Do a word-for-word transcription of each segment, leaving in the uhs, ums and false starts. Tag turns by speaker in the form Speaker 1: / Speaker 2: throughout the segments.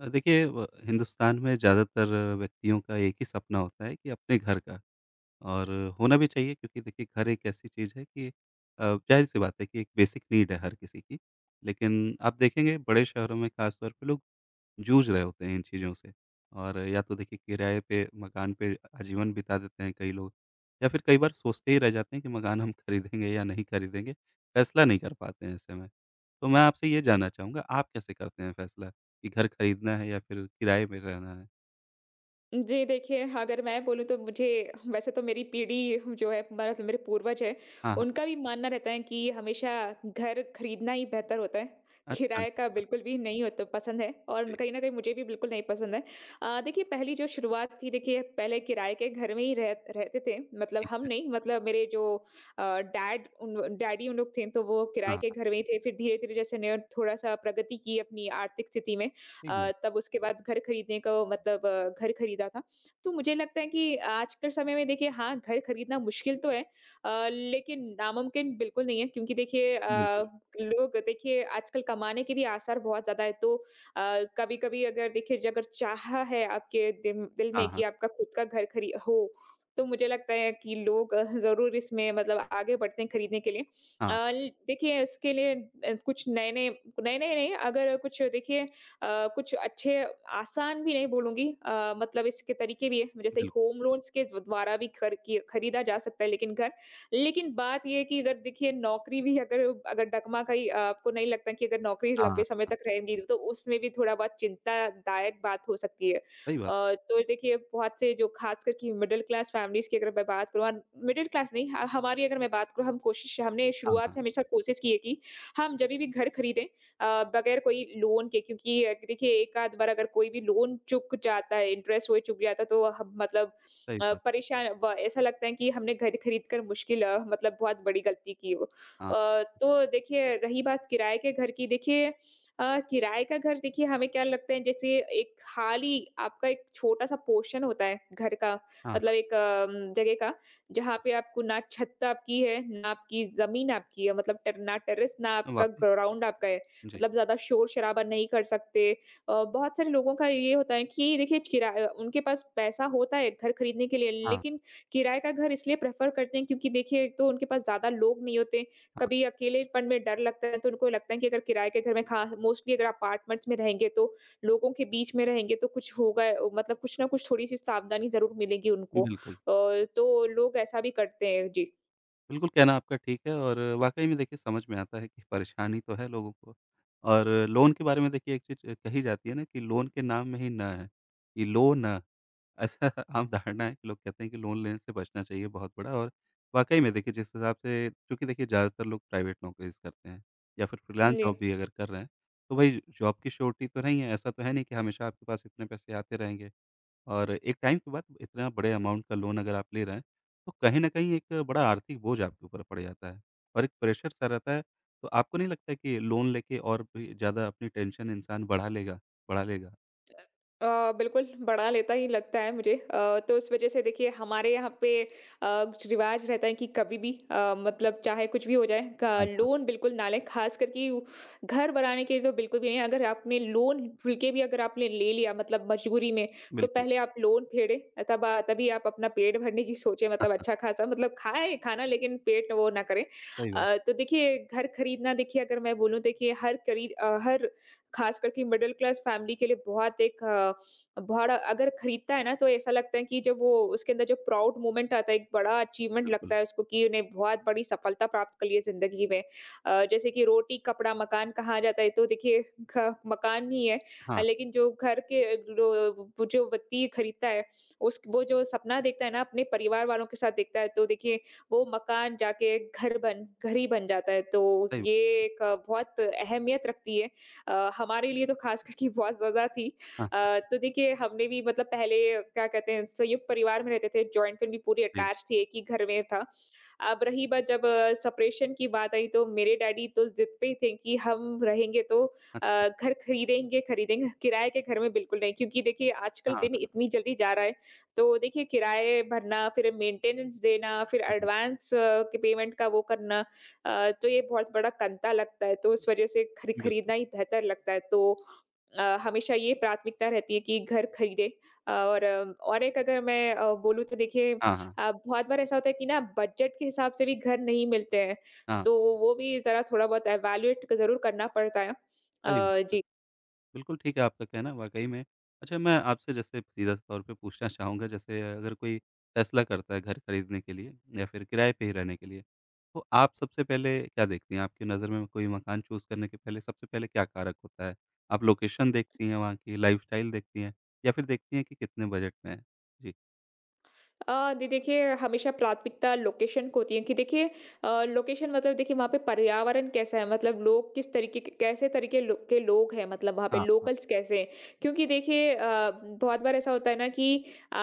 Speaker 1: अ, देखिए व हिंदुस्तान में ज़्यादातर व्यक्तियों का एक ही सपना होता है कि अपने घर का और होना भी चाहिए क्योंकि देखिए घर एक ऐसी चीज़ है कि अ, जाहिर-सी बात है कि एक बेसिक नीड है हर किसी की। लेकिन आप देखेंगे बड़े शहरों में ख़ास तौर पे लोग जूझ रहे होते हैं इन चीज़ों से। और या तो देखिए किराए पे मकान पे आजीवन बिता देते हैं कई लोग या फिर कई बार सोचते ही रह जाते हैं कि मकान हम खरीदेंगे या नहीं खरीदेंगे, फैसला नहीं कर पाते हैं ऐसे में। तो मैं आपसे ये जानना चाहूँगा आप कैसे करते हैं फैसला कि घर खरीदना है या फिर किराए में रहना है?
Speaker 2: जी, देखिए अगर मैं बोलूँ तो मुझे, वैसे तो मेरी पीढ़ी जो है, मतलब मेरे पूर्वज हैं,
Speaker 1: हाँ, हाँ।
Speaker 2: उनका भी मानना रहता है कि हमेशा घर खरीदना ही बेहतर होता है।
Speaker 1: अच्छा,
Speaker 2: किराए का
Speaker 1: अच्छा।
Speaker 2: बिल्कुल भी नहीं होता पसंद है, और
Speaker 1: जी,
Speaker 2: कहीं न कहीं मुझे भी बिल्कुल नहीं पसंद है। अ, देखिए, पहली जो शुरुआत थी, देखिए पहले किराए के घर में ही रह रहते थे। मतलब
Speaker 1: ठीक
Speaker 2: हम
Speaker 1: है।
Speaker 2: नहीं, मतलब मेरे जो अ, डैड उन डैडी उन लोग थे, तो वो
Speaker 1: हाँ,
Speaker 2: किराए के
Speaker 1: हाँ,
Speaker 2: घर में ही थे। फिर धीरे-धीरे जैसे ने थोड़ा-सा प्रगति की अपनी आर्थिक स्थिति में,
Speaker 1: ठीक
Speaker 2: अ,
Speaker 1: बात।
Speaker 2: तब उसके बाद घर खरीदने को, मतलब अ, घर खरीदा था। तो मुझे लगता है कि आज के समय में, देखिए हाँ, घर खरीदना मुश्किल तो है, अ, लेकिन नामुमकिन बिल्कुल नहीं है, क्योंकि देखिए अ,
Speaker 1: बिल्कुल।
Speaker 2: लोग, देखिए आजकल कमाने के भी आसार बहुत ज़्यादा है तो अ, कभी-कभी अगर देखिए, ज- अगर चाह है आपके दिम दिल
Speaker 1: हाँ,
Speaker 2: में कि
Speaker 1: हाँ।
Speaker 2: आपका खुद का घर खरी हो, तो मुझे लगता है कि लोग अ, ज़रूर इसमें, मतलब आगे बढ़ते हैं खरीदने के लिए। अ,
Speaker 1: हाँ,
Speaker 2: ल देखिए इसके लिए अ, कुछ नए-नए नए-नए नहीं, अगर कुछ देखिए, अ, कुछ अच्छे, आसान भी नहीं बोलूँगी, अ, मतलब इसके तरीके भी हैं, जैसे
Speaker 1: बिल्कुल।
Speaker 2: होम लोन्स के द्वारा भी घर की खरीदा जा सकता है, लेकिन घर। लेकिन बात ये है कि अगर देखिए नौकरी भी अगर अगर डगमगाई, आपको नहीं लगता कि अगर नौकरी
Speaker 1: हाँ,
Speaker 2: लंबे
Speaker 1: हाँ,
Speaker 2: समय तक रहेंगी, तो उसमें भी थोड़ा-बहुत चिंतादायक बात हो सकती है। अ,
Speaker 1: सही बात।
Speaker 2: तो देखिए बहुत से जो, खासकर कि मिडल क्लास फैमिलीज़ की अगर मैं बात करूँ, और मिडल क्लास नहीं ह हमारी अगर मैं बात करूँ, हम कोशिश हमने
Speaker 1: हाँ,
Speaker 2: शुरुआत
Speaker 1: हाँ,
Speaker 2: से हमेशा कोशिश की है कि हम जभी भी घर खरीदें, अ, बगैर कोई लोन के, क्योंकि अ, देखिए एक आध बार अगर कोई भी लोन चुक जाता है, इंटरेस्ट वही चुक जाता है, तो हम मतलब
Speaker 1: सही
Speaker 2: अ,
Speaker 1: बात।
Speaker 2: परेशान, ब ऐसा लगता है कि हमने घर खरीद कर मुश्किल, अ, मतलब बहुत बड़ी गलती की हो।
Speaker 1: हाँ,
Speaker 2: अ, तो देखिए रही बात किराए के घर की, देखिए अ, किराए का घर, देखिए हमें क्या लगता है, जैसे एक खाली आपका एक छोटा-सा पोर्शन होता है घर का,
Speaker 1: हाँ,
Speaker 2: मतलब एक अम, जगह का, जहाँ पे आपको ना छत आपकी है, ना आपकी ज़मीन आपकी है, मतलब टर ना टेरेस ना
Speaker 1: हाँ,
Speaker 2: आपका
Speaker 1: वाक़ई।
Speaker 2: ग्राउंड आपका है।
Speaker 1: जी।
Speaker 2: मतलब ज़्यादा शोर-शराबा नहीं कर सकते। अ, बहुत सारे लोगों का ये होता है कि देखिए किराया, उनके पास पैसा होता है घर खरीदने के लिए,
Speaker 1: हाँ,
Speaker 2: लेकिन किराए का घर इसलिए प्रेफ़र करते हैं, क्योंकि देखिए एक तो उनके पास ज़्यादा लोग नहीं होते,
Speaker 1: हाँ,
Speaker 2: कभी अकेलेपन में डर लगता है, तो उनको लगता है कि अगर किराए के घर में, खा मोस्टली अगर अपार्टमेंट्स में रहेंगे, तो लोगों के बीच में रहेंगे तो कुछ होगा, अ, मतलब कुछ ना कुछ थोड़ी-सी सावधानी ज़रूर मिलेगी उनको। अ,
Speaker 1: बिल्कुल।
Speaker 2: तो लोग ऐसा भी करते हैं। जी।
Speaker 1: बिल्कुल, कहना आपका ठीक है और वाक़ई में देखिए समझ में आता है कि परेशानी तो है लोगों को और लोन के बारे में देखिए एक चीज़ कही जाती है ना कि लोन के नाम में ही न है, कि लो न ऐसा आम धारणा है कि लोग कहते हैं कि लोन लेने से बचना चाहिए बहुत बड़ा और वाक़ई में देखिए जिस हिसाब से चूँकि देखिए ज़्यादातर लोग प्राइवेट नौकरीज़ करते हैं या फिर फ्रीलांस
Speaker 2: जी।
Speaker 1: जॉब भी अगर कर रहे हैं, तो भई जॉब की श्योरिटी तो नहीं है, ऐसा तो है नहीं कि हमेशा आपके पास इतने पैसे आते रहेंगे। और एक टाइम के बाद इतना बड़े अमाउंट का लोन अगर आप ले रहे हैं, तो कहीं न कहीं एक बड़ा आर्थिक बोझ आपके ऊपर पड़ जाता है और एक प्रेशर सा रहता है। तो आपको नहीं लगता है कि लोन लेके और भी ज़्यादा अपनी टेंशन इंसान बढ़ा लेगा बढ़ा लेगा?
Speaker 2: अ, बिल्कुल, बड़ा लेता ही लगता है मुझे। अ, तो उस वज़ह से देखिए हमारे यहाँ पे अ, कुछ रिवाज रहता है कि कभी भी, अ, मतलब चाहे कुछ भी हो जाए, क
Speaker 1: हाँ, हाँ।
Speaker 2: लोन बिल्कुल ना लें, ख़ासकर कि उ घर बनाने के तो बिल्कुल भी नहीं। अगर आपने लोन खुल के भी अगर आपने ले लिया, मतलब मजबूरी में, तो
Speaker 1: बिल्कुल,
Speaker 2: पहले आप लोन फेडें, अ, तब अ, तभी आप अपना पेट भरने की सोचें, मतलब अच्छा-ख़ासा, मतलब खाएँ खाना, लेकिन पेट वो ना करें।
Speaker 1: सही बात,
Speaker 2: अ, तो देखिए घर खरीदना, देखिए अगर मैं बोलूँ देखिए, हर खरीद अ, हर खास करके मिडल क्लास फैमिली के लिए बहुत एक अ, बड़ा, अगर खरीदता है ना, तो ऐसा लगता है कि जब वो, उसके अंदर जो प्राउड मोमेंट आता है, एक बड़ा अचीवमेंट
Speaker 1: बिल्कुल।
Speaker 2: लगता है उसको, कि उन्हें बहुत बड़ी सफलता प्राप्त कर ली है जिंदगी में, अ, जैसे कि रोटी कपड़ा मकान कहा जाता है, तो देखिए घ- मकान ही है, अ,
Speaker 1: हाँ,
Speaker 2: लेकिन जो घर के जो वो जो व्यक्ति खरीदता है, उस वो जो सपना देखता है ना, अपने परिवार वालों के साथ देखता है, तो देखिए वो मकान जाके, घर बन घर ही बन जाता है, तो
Speaker 1: सही
Speaker 2: ये
Speaker 1: बात।
Speaker 2: एक अ, बहुत अहमियत रखती है, अ, हमारे लिए तो खास करके बहुत ज़्यादा थी।
Speaker 1: हाँ,
Speaker 2: अ, तो देखिए हमने भी, मतलब पहले क्या कहते हैं, संयुक्त परिवार में रहते थे, जॉइंट फैमिली पूरी
Speaker 1: जी।
Speaker 2: अटैच थी, एक ही घर में था। अब रही बात, जब सेपरेशन की बात आई, तो मेरे डैडी तो ज़िद पे ही थे कि हम रहेंगे तो
Speaker 1: अच्छा।
Speaker 2: अ, घर खरीदेंगे, खरीदेंगे, किराए के घर में बिल्कुल नहीं, क्योंकि देखिए आजकल दिन
Speaker 1: हाँ,
Speaker 2: इतनी जल्दी जा रहा है, तो देखिए किराए भरना, फिर मेंटेनेंस देना, फिर
Speaker 1: जी,
Speaker 2: एडवांस के पेमेंट का वो करना, अ, तो ये बहुत बड़ा कंता लगता है, तो उस वज़ह से खरी
Speaker 1: बिल्कुल।
Speaker 2: खरीदना ही बेहतर लगता है। तो अ, हमेशा ये प्राथमिकता रहती है कि घर खरीदें। और अम, और एक, अगर मैं अ, बोलूँ, तो देखिए
Speaker 1: हाँ, हाँ।
Speaker 2: अ, बहुत बार ऐसा होता है कि ना, बजट के हिसाब से भी घर नहीं मिलते हैं,
Speaker 1: हाँ,
Speaker 2: तो वो भी ज़रा थोड़ा बहुत इवैल्यूएट ज़रूर करना पड़ता है।
Speaker 1: सही
Speaker 2: अ,
Speaker 1: बात।
Speaker 2: जी।
Speaker 1: बिल्कुल ठीक है आपका कहना वाक़ई में। अच्छा मैं आपसे जैसे सीधा तौर पे पूछना चाहूँगा जैसे अगर कोई फ़ैसला करता है घर खरीदने के लिए या फिर किराए पे ही रहने के लिए, तो आप सबसे पहले क्या देखती हैं? आपकी नज़र में कोई मकान चूज़ करने के पहले सबसे पहले क्या कारक होता है? आप लोकेशन देखती हैं वहाँ की, लाइफ़स्टाइल देखती हैं या फिर देखती हैं कि कितने बजट में है? जी।
Speaker 2: अ, दी देखिए हमेशा प्राथमिकता लोकेशन को होती है, कि देखिए अ, लोकेशन, मतलब देखिए वहाँ पे पर्यावरण कैसा है, मतलब लोग किस तरीके के, कैसे तरीके लो, के लोग हैं, मतलब वहाँ पे
Speaker 1: हाँ, हाँ।
Speaker 2: लोकल्स कैसे हैं। क्योंकि देखिए अ, बहुत बार ऐसा होता है ना कि अ,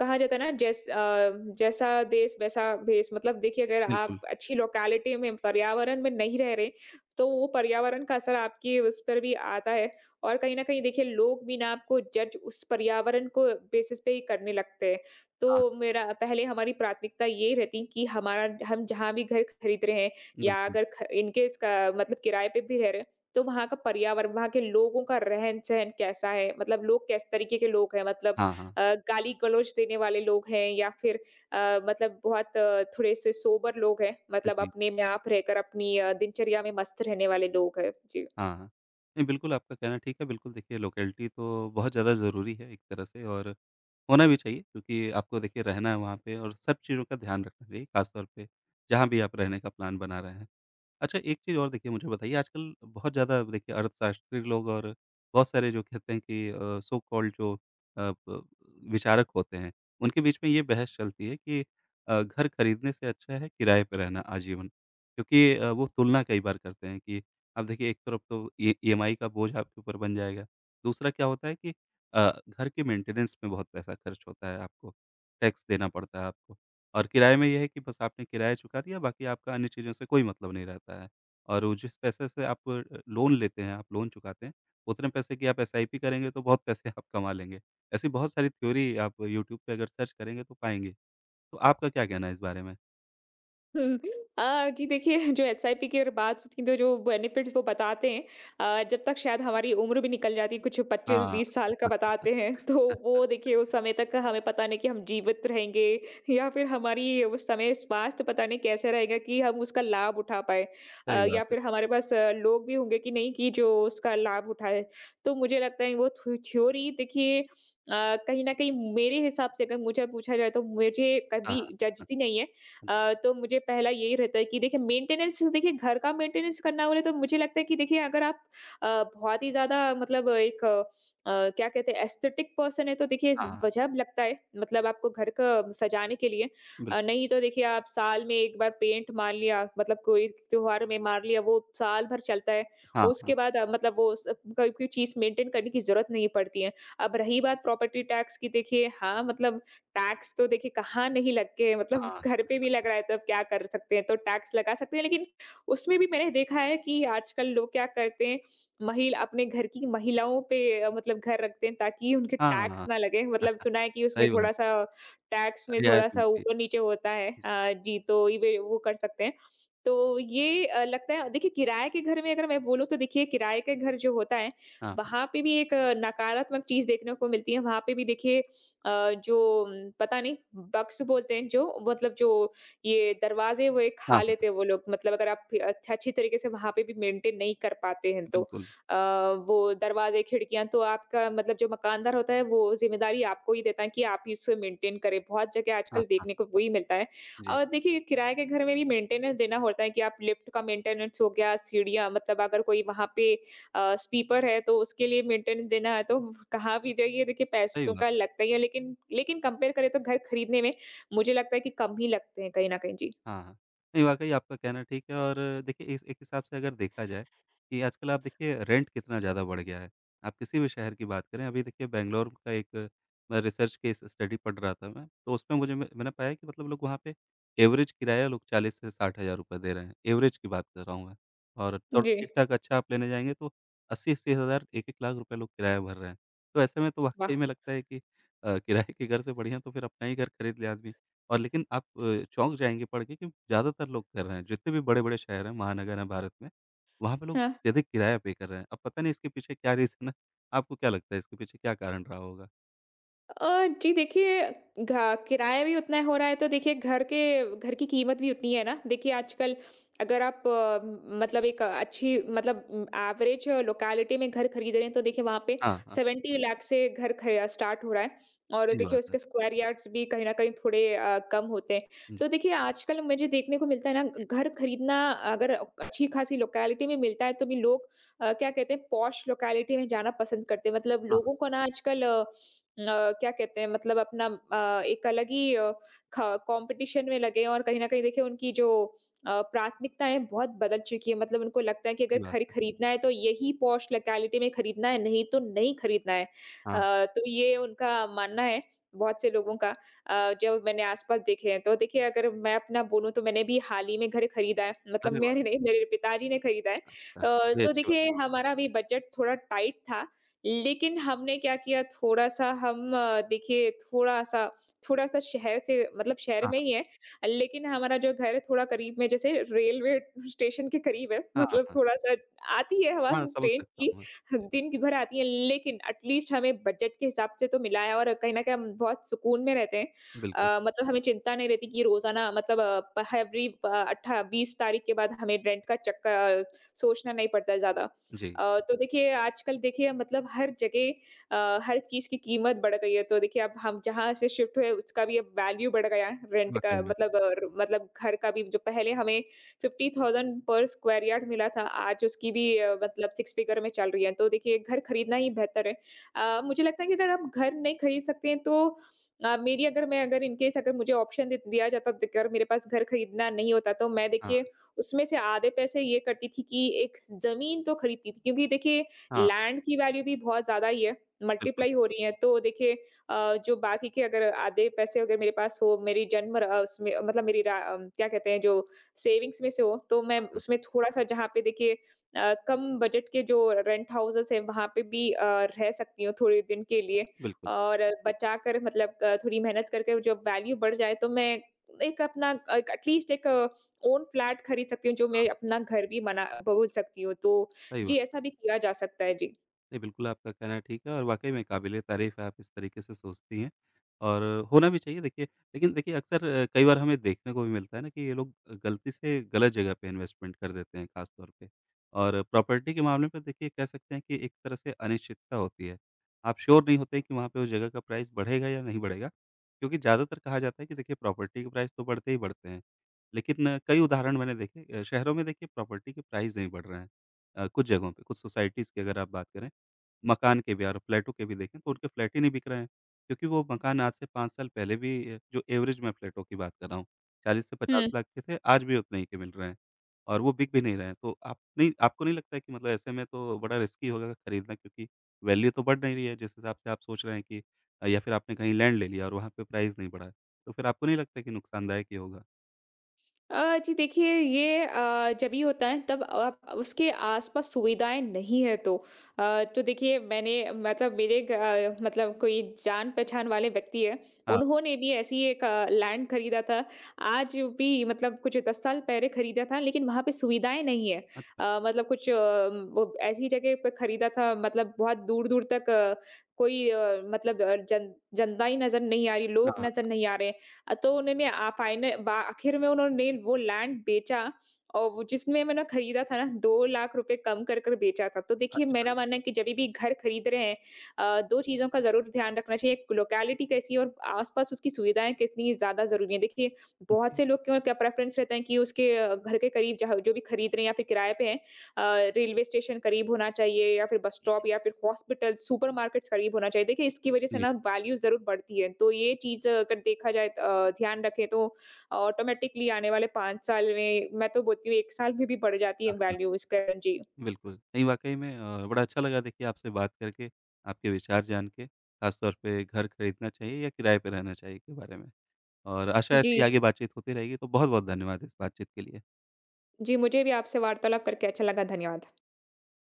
Speaker 2: कहा जाता है ना, जैस अ, जैसा देश वैसा भेष, मतलब देखिए अगर आप
Speaker 1: बिल्कुल।
Speaker 2: अच्छी लोकेलिटी में, पर्यावरण में नहीं रह रहे, तो वो पर्यावरण का असर आपकी उस पर भी आता है, और कहीं ना कहीं देखिए लोग भी ना आपको जज उस पर्यावरण को बेसिस पे ही करने लगते हैं। तो
Speaker 1: हाँ,
Speaker 2: मेरा पहले हमारी प्राथमिकता ये रहती कि हमारा हम जहाँ भी घर खरीद रहे हैं, या
Speaker 1: बिल्कुल।
Speaker 2: अगर ख इनकेस का मतलब किराए पे भी रह रहे हैं, तो वहाँ का पर्यावरण, वहाँ के लोगों का रहन-सहन कैसा है? मतलब लोग किस तरीके के लोग हैं? मतलब
Speaker 1: हाँ, हाँ।
Speaker 2: अ, गाली-गलौज देने वाले लोग हैं, या फिर अ, मतलब बहुत थोड़े-से सोबर लोग हैं, मतलब
Speaker 1: जी।
Speaker 2: अपने में आप रहकर अपनी अ, दिनचर्या में मस्त रहने वाले लोग हैं? जी।
Speaker 1: हाँ, हाँ। नहीं बिल्कुल आपका कहना ठीक है, बिल्कुल देखिए लोकेलिटी तो बहुत ज़्यादा ज़रूरी है एक तरह से और होना भी चाहिए क्योंकि आपको देखिए रहना है वहाँ पे और सब चीज़ों का ध्यान रखना चाहिए, ख़ास तौर पे जहाँ भी आप रहने का प्लान बना रहे हैं। अच्छा, एक चीज़ और देखिए मुझे बताइए, आजकल बहुत ज़्यादा देखिए अर्थशास्त्री लोग और बहुत सारे जो कहते हैं कि अ, सो कॉल्ड जो अ, ब विचारक होते हैं, उनके बीच में ये बहस चलती है कि अ, घर खरीदने से अच्छा है किराए पे रहना आजीवन। क्योंकि अ, वो तुलना कई बार करते हैं कि अब देखिए एक तरफ तो ई ईएमआई का बोझ आपके ऊपर बन जाएगा, दूसरा क्या होता है कि अ, घर के मेंटेनेंस में बहुत पैसा खर्च होता है आपको, टैक्स देना पड़ता है आपको। और किराए में ये है कि बस आपने किराया चुका दिया, बाकी आपका अन्य चीज़ों से कोई मतलब नहीं रहता है। और वो जिस पैसे से आप अ, लोन लेते हैं, आप लोन चुकाते हैं, उतने पैसे की आप एस आई पी करेंगे तो बहुत पैसे आप कमा लेंगे। ऐसी बहुत सारी थ्योरी आप यूट्यूब पे अगर सर्च करेंगे तो पाएँगे। तो आपका क्या कहना है इस बारे में?
Speaker 2: हुँ। अ, जी, देखिए जो एसआईपी की अगर बात होती है, तो जो बेनिफिट्स वो बताते हैं, अ, जब तक शायद हमारी उम्र भी निकल जाती है, कुछ
Speaker 1: हाँ,
Speaker 2: पच्चीस बीस साल का बताते हैं, तो वो देखिए उस समय तक हमें पता नहीं कि हम जीवित रहेंगे, या फिर हमारी उस समय स्वास्थ्य पता नहीं कैसे रहेगा, कि हम उसका लाभ उठा पाएँ, अ,
Speaker 1: सही बात
Speaker 2: या
Speaker 1: है।
Speaker 2: फिर हमारे पास अ, लोग भी होंगे कि नहीं, कि जो उसका लाभ उठाएँ। तो मुझे लगता है वो थ्यो थ्योरी, देखिए अ, कहीं न कहीं मेरे हिसाब से अगर मुझे पूछा जाए, तो मुझे
Speaker 1: हाँ,
Speaker 2: कभी
Speaker 1: हाँ,
Speaker 2: जचती नहीं है। अ, तो मुझे पहला यही रहता है कि देखिए मेंटेनेंस, देखिए घर का मेंटेनेंस करना बोले, तो मुझे लगता है कि देखिए अगर आप अ, बहुत ही ज़्यादा, मतलब एक अ, अ, क्या कहते हैं, एस्थेटिक पर्सन है, तो देखिए
Speaker 1: हाँ, हाँ,
Speaker 2: वजह लगता है, मतलब आपको घर का सजाने के लिए, अ,
Speaker 1: बिल्कुल।
Speaker 2: नहीं तो देखिए आप साल में एक बार पेंट मार लिया, मतलब कोई त्योहार में मार लिया, वो साल भर चलता है,
Speaker 1: हाँ, हाँ,
Speaker 2: उसके बाद अ, मतलब वो उस- कोई कोई चीज मेंटेन करने की जरूरत नहीं पड़ती है। अब रही बात प्रॉपर्टी टैक्स की, देखिए हाँ, मतलब टैक्स तो देखिए कहाँ नहीं लग के, मतलब घर पे भी लग रहा है, तब क्या कर सकते हैं, तो टैक्स लगा सकते हैं, लेकिन उसमें भी मैंने देखा है कि आजकल लोग क्या करते हैं, महिला अपने घर की महिलाओं पे, अ, मतलब घर रखते हैं, ताकि उनके
Speaker 1: हाँ,
Speaker 2: टैक्स
Speaker 1: हाँ,
Speaker 2: ना लगे, मतलब सुना है कि उसमें
Speaker 1: सही बात है।
Speaker 2: थोड़ा-सा टैक्स में
Speaker 1: रियायत
Speaker 2: थोड़ा-सा
Speaker 1: मिलती है।
Speaker 2: ऊपर-नीचे होता है। अ, जी, तो ये वे वो कर सकते हैं। तो ये अ, लगता है, देखिए किराए के घर में अगर मैं बोलूँ, तो देखिए किराए के घर जो होता है,
Speaker 1: हाँ, हाँ,
Speaker 2: वहाँ पे भी एक अ, नकारात्मक चीज़ देखने को मिलती है। वहाँ पे भी देखिए अ, जो उम, पता नहीं, बग्स बोलते हैं जो, मतलब जो, ये दरवाज़े वो एक खा
Speaker 1: हाँ,
Speaker 2: लेते हैं, वो लोग, मतलब अगर आप अच्छा अच्छी तरीके से वहाँ पे भी मेंटेन नहीं कर पाते हैं तो।
Speaker 1: बिल्कुल।
Speaker 2: अ, वो दरवाज़े, खिड़कियाँ तो आपका, मतलब जो मकानदार होता है वो ज़िम्मेदारी आपको ही देता है कि आप इसको मेंटेन करें। बहुत जगह
Speaker 1: हाँ,
Speaker 2: आजकल
Speaker 1: हाँ,
Speaker 2: देखने को वही मिलता है।
Speaker 1: जी,
Speaker 2: और देखिए किराए के घर में भी मेंटेनेंस देना होता है कि आप लिफ्ट का मेंटेनेंस हो गया, सीढ़ियाँ, मतलब अगर कोई वहाँ पे अ, स्वीपर है, तो उसके लिए मेंटेनेंस देना है। तो कहाँ भी जाइए, देखिए
Speaker 1: सही
Speaker 2: पैसों का
Speaker 1: बात।
Speaker 2: लगता ही है, लेकिन लेकिन कंपेयर करें तो घर खरीदने में मुझे लगता है कि कम ही लगते हैं कहीं न कहीं। जी।
Speaker 1: हाँ, हाँ। नहीं, वाक़ई आपका कहना ठीक है और देखिए इस एक हिसाब से अगर देखा जाए कि आजकल आप देखिए रेंट कितना ज़्यादा बढ़ गया है। आप किसी भी शहर की बात करें, अभी देखिए बैंगलोर का एक मैं रिसर्च केस स्टडी पढ़ रहा था मैं, तो उसमें मुझे मैं मैंने पाया कि मतलब लोग वहाँ पे एवरेज किराया लोग चालीस से साठ हज़ार रुपए दे रहे हैं, एवरेज की बात कर रहा हूँ मैं। और थोड़ा
Speaker 2: जी।
Speaker 1: ठीक-ठाक अच्छा आप लेने जाएँगे तो अस्सी अस्सी हज़ार, एक एक लाख रुपए लोग किराया भर रहे हैं। तो ऐसे में तो वाक़ई में लगता है कि अ, किराए के घर से बढ़िया तो फिर अपना ही घर खरीद ले आदमी। और लेकिन आप अ, चौंक जाएँगे पढ़ के कि ज़्यादातर लोग कर रहे हैं। जितने भी बड़े-बड़े शहर हैं, महानगर हैं भारत में, वहाँ पे लोग
Speaker 2: वाह!
Speaker 1: अत्यधिक किराया पे कर रहे हैं। अब पता नहीं इसके पीछे क्या रीज़न है? आपको क्या लगता है इसके पीछे क्या कारण रहा होगा?
Speaker 2: अ, जी देखिए घा किराया भी उतना हो रहा है तो देखिए घर के घर की कीमत भी उतनी है ना। देखिए आजकल अगर आप अ, म- मतलब एक अच्छी मतलब एवरेज लोकेलिटी में घर खरीद रहे हैं तो देखिए वहाँ पे
Speaker 1: हाँ, हाँ,
Speaker 2: सत्तर लाख से घर ख स्टार्ट हो रहा है और
Speaker 1: सही
Speaker 2: देखिए
Speaker 1: बात है।
Speaker 2: उसके स्क्वायर यार्ड्स भी कहीं न कहीं थोड़े अ, कम होते हैं।
Speaker 1: जी,
Speaker 2: तो देखिए आजकल मुझे देखने को मिलता है ना घर खरीदना अगर अच्छी खासी लोकेलिटी में मिलता है तो भी लोग अ, क्या कहते हैं पॉश लोकेलिटी में जाना पसंद करते हैं। मतलब
Speaker 1: हाँ,
Speaker 2: लोगों को ना आजकल अ, क्या कहते हैं मतलब अपना अ, एक अलग ही अ, ख कॉम्पिटिशन में लगे हैं और कहीं न कहीं देखिए उनकी जो अ, प्राथमिकताएँ बहुत बदल चुकी हैं। मतलब उनको लगता है कि अगर
Speaker 1: सही बात
Speaker 2: खरी
Speaker 1: है।
Speaker 2: खरीदना है तो यही पॉश लोकैलिटी में खरीदना है, नहीं तो नहीं खरीदना है।
Speaker 1: हाँ,
Speaker 2: अ, तो ये उनका मानना है बहुत से लोगों का, अ, जो मैंने आस-पास देखे हैं। तो देखिए अगर मैं अपना बोलूँ तो मैंने भी हाल ही में घर खरीदा है, मतलब
Speaker 1: अरे वाह!
Speaker 2: मैंने नहीं मेरे पिताजी ने खरीदा है। अ,
Speaker 1: अच्छा, ये
Speaker 2: तो
Speaker 1: अच्छी बात
Speaker 2: देखिए हमारा भी बजट थोड़ा टाइट था लेकिन हमने क्या किया थोड़ा-सा हम अ, देखिए थोड़ा-सा थोड़ा-सा शहर से मतलब शहर
Speaker 1: हाँ,
Speaker 2: में ही है, लेकिन हमारा जो घर है थोड़ा करीब में जैसे रेलवे स्टेशन के करीब है,
Speaker 1: हाँ, हाँ,
Speaker 2: मतलब
Speaker 1: हाँ,
Speaker 2: थोड़ा-सा आती है आवाज़
Speaker 1: हाँ, समझ
Speaker 2: ट्रेन
Speaker 1: सकता
Speaker 2: की,
Speaker 1: हूँ मैं।
Speaker 2: दिन की भर आती है लेकिन एट लीस्ट हमें बजट के हिसाब से तो मिला है और कहीं न कहीं हम बहुत सुकून में रहते हैं।
Speaker 1: बिल्कुल,
Speaker 2: अ, मतलब हमें चिंता नहीं रहती कि रोज़ाना मतलब अ, एवरी अ, अट्ठा बीस तारीख के बाद हमें रेंट का चक्का सोचना नहीं पड़ता है ज़्यादा।
Speaker 1: जी,
Speaker 2: अ, तो देखिए आजकल देखिए मतलब हर जगह अ, हर चीज़ की कीमत बढ़ गई है, तो देखिए अब हम जहाँ से शिफ्ट हुए उसका भी अब वैल्यू बढ़ गया है, रेंट का
Speaker 1: वाक़ई में।
Speaker 2: मतलब अ, र मतलब घर का भी जो पहले हमें fifty thousand per square yard मिला था, आज उसकी भी
Speaker 1: जी,
Speaker 2: अ, मतलब सिक्स फिगर में चल रही है, तो देखिए घर खरीदना ही बेहतर है। अ, मुझे लगता है कि अगर आप घर नहीं खरीद सकते हैं तो अ, मेरी अगर मैं अगर इन केस अगर मुझे ऑप्शन दे दिया जाता अगर मेरे पास घर खरीदना नहीं होता तो मैं
Speaker 1: हाँ,
Speaker 2: देखिए उसमें से आधे पैसे ये करती थी कि एक ज़मीन तो खरीदती थी क्योंकि देखिए
Speaker 1: हाँ,
Speaker 2: लैंड की वैल्यू भी बहुत ज़्यादा ही है,
Speaker 1: बिल्कुल,
Speaker 2: मल्टीप्लाई हो रही है। तो देखिए अ, जो बाकी के अगर आधे पैसे अगर मेरे पास हो मेरी जन्म र अ, उसमें मतलब मेरी रा अम, क्या कहते हैं जो सेविंग्स में से हो तो मैं
Speaker 1: हाँ,
Speaker 2: उसमें थोड़ा-सा जहाँ पे देखिए अ, कम बजट के जो रेंट हाउसेज़ हैं वहाँ पे भी अ, रह सकती हूँ थोड़े दिन के लिए
Speaker 1: बिल्कुल,
Speaker 2: और बचाकर मतलब अ, थोड़ी मेहनत करके जब वैल्यू बढ़ जाए तो मैं एक अपना एक एटलीस्ट एक ओन फ्लैट खरीद सकती हूँ, जो मैं अपना घर भी बना बोल सकती हूँ। तो
Speaker 1: सही
Speaker 2: जी,
Speaker 1: बात।
Speaker 2: ऐसा भी किया जा सकता है। जी।
Speaker 1: नहीं, बिल्कुल आपका कहना ठीक है और वाक़ई में काबिल-ए-तारीफ़ है आप इस तरीके से सोचती हैं और होना भी चाहिए देखिए। लेकिन देखिए अक्सर अ, कई बार हमें देखने को भी मिलता है ना कि ये लोग गलती से गलत जगह पे इन्वेस्टमेंट कर देते हैं ख़ास तौर पे। और प्रॉपर्टी के मामले पे देखिए कह सकते हैं कि एक तरह से अनिश्चितता होती है। आप श्योर नहीं होते कि वहाँ पे उस जगह का प्राइस बढ़ेगा या नहीं बढ़ेगा। क्योंकि ज़्यादातर कहा जाता है कि देखिए प्रॉपर्टी के प्राइस तो बढ़ते ही बढ़ते हैं। लेकिन अ, कई उदाहरण मैंने देखे अ, शहरों में देखिए प्रॉपर्टी के प्राइस नहीं बढ़ रहे हैं। अ, कुछ जगहों पे, कुछ सोसाइटीज़ की अगर आप बात करें मकान के भी और फ्लैटों के भी देखें तो उनके फ्लैट ही नहीं बिक रहे हैं। क्योंकि वो मकान आज से पाँच साल पहले भी जो एवरेज मैं फ्लैटों की बात कर रहा हूँ चालीस से पचास लाख के थे, आज भी उतने ही के मिल रहे हैं और वो बिक भी नहीं रहे हैं। तो आप नहीं आपको नहीं लगता है कि मतलब ऐसे में तो बड़ा रिस्की होगा खरीदना क्योंकि वैल्यू तो बढ़ नहीं रही है जिस हिसाब से आप सोच रहे हैं कि अ, या फिर आपने कहीं लैंड ले लिया और वहाँ पे प्राइस नहीं बढ़ा है। तो फिर आपको नहीं लगता कि नुकसानदायक ही होगा?
Speaker 2: अ, जी देखिए ये अ, जब ही होता है तब आप उसके आसपास सुविधाएं नहीं है तो अ, तो देखिए मैंने मतलब मेरे ग- अ, मतलब कोई जान पहचान वाले व्यक्ति है
Speaker 1: हाँ,
Speaker 2: उन्होंने भी ऐसी एक लैंड खरीदा था आज भी मतलब कुछ दस साल पहले खरीदा था लेकिन वहां पे सुविधाएं नहीं है।
Speaker 1: अच्छा।
Speaker 2: अ, मतलब कुछ अ, वो ऐसी जगह पे खरीदा था मतलब बहुत दूर दूर तक अ, कोई अ, मतलब अ, जन, जनता ही नजर नहीं आ रही, लोग
Speaker 1: हाँ,
Speaker 2: नजर नहीं आ रहे। अ, तो उन्होंने आ फाइनल बा आखिर में उन्होंने वो लैंड बेचा और वो जिसमें मैंने खरीदा था ना दो लाख रुपए कम कर कर बेचा था। तो देखिए
Speaker 1: अच्छा।
Speaker 2: मेरा मानना है कि जब भी घर खरीद रहे हैं अ, दो चीज़ों का ज़रूर ध्यान रखना चाहिए, एक लोकेलिटी कैसी है और आस-पास उसकी सुविधाएँ कितनी ज़्यादा ज़रूरी हैं। देखिए बहुत
Speaker 1: जी।
Speaker 2: से लोग क्यों क्या प्रेफ़रेंस रहता है कि उसके अ, घर के करीब जहाँ जो भी खरीद रहे हैं या फिर किराए पे हैं, अ, रेलवे स्टेशन करीब होना चाहिए या फिर बस स्टॉप या फिर हॉस्पिटल, सुपरमार्केट्स करीब होना चाहिए। देखिए इसकी वज़ह से
Speaker 1: जी।
Speaker 2: ना वैल्यू ज़रूर बढ़ती है। तो ये चीज़ अगर देखा जाए अ, ध्यान रखें तो ऑटोमैटिकली आने वाले पाँच साल में, मैं तो बोलती हूँ एक साल में भी बढ़ जाती है
Speaker 1: हाँ।
Speaker 2: वैल्यू इस कारण जी।
Speaker 1: बिल्कुल, नहीं वाक़ई में अ, बड़ा अच्छा लगा देखिए आपसे बात करके, आपके विचार जान के, ख़ास तौर पे घर खरीदना चाहिए या किराए पे रहना चाहिए के बारे में और आशा है
Speaker 2: जी,
Speaker 1: ऐसी आगे बातचीत होती रहेगी, तो बहुत-बहुत धन्यवाद इस बातचीत के लिए।
Speaker 2: जी मुझे भी आपसे वार्तालाप करके अच्छा लगा। धन्यवाद।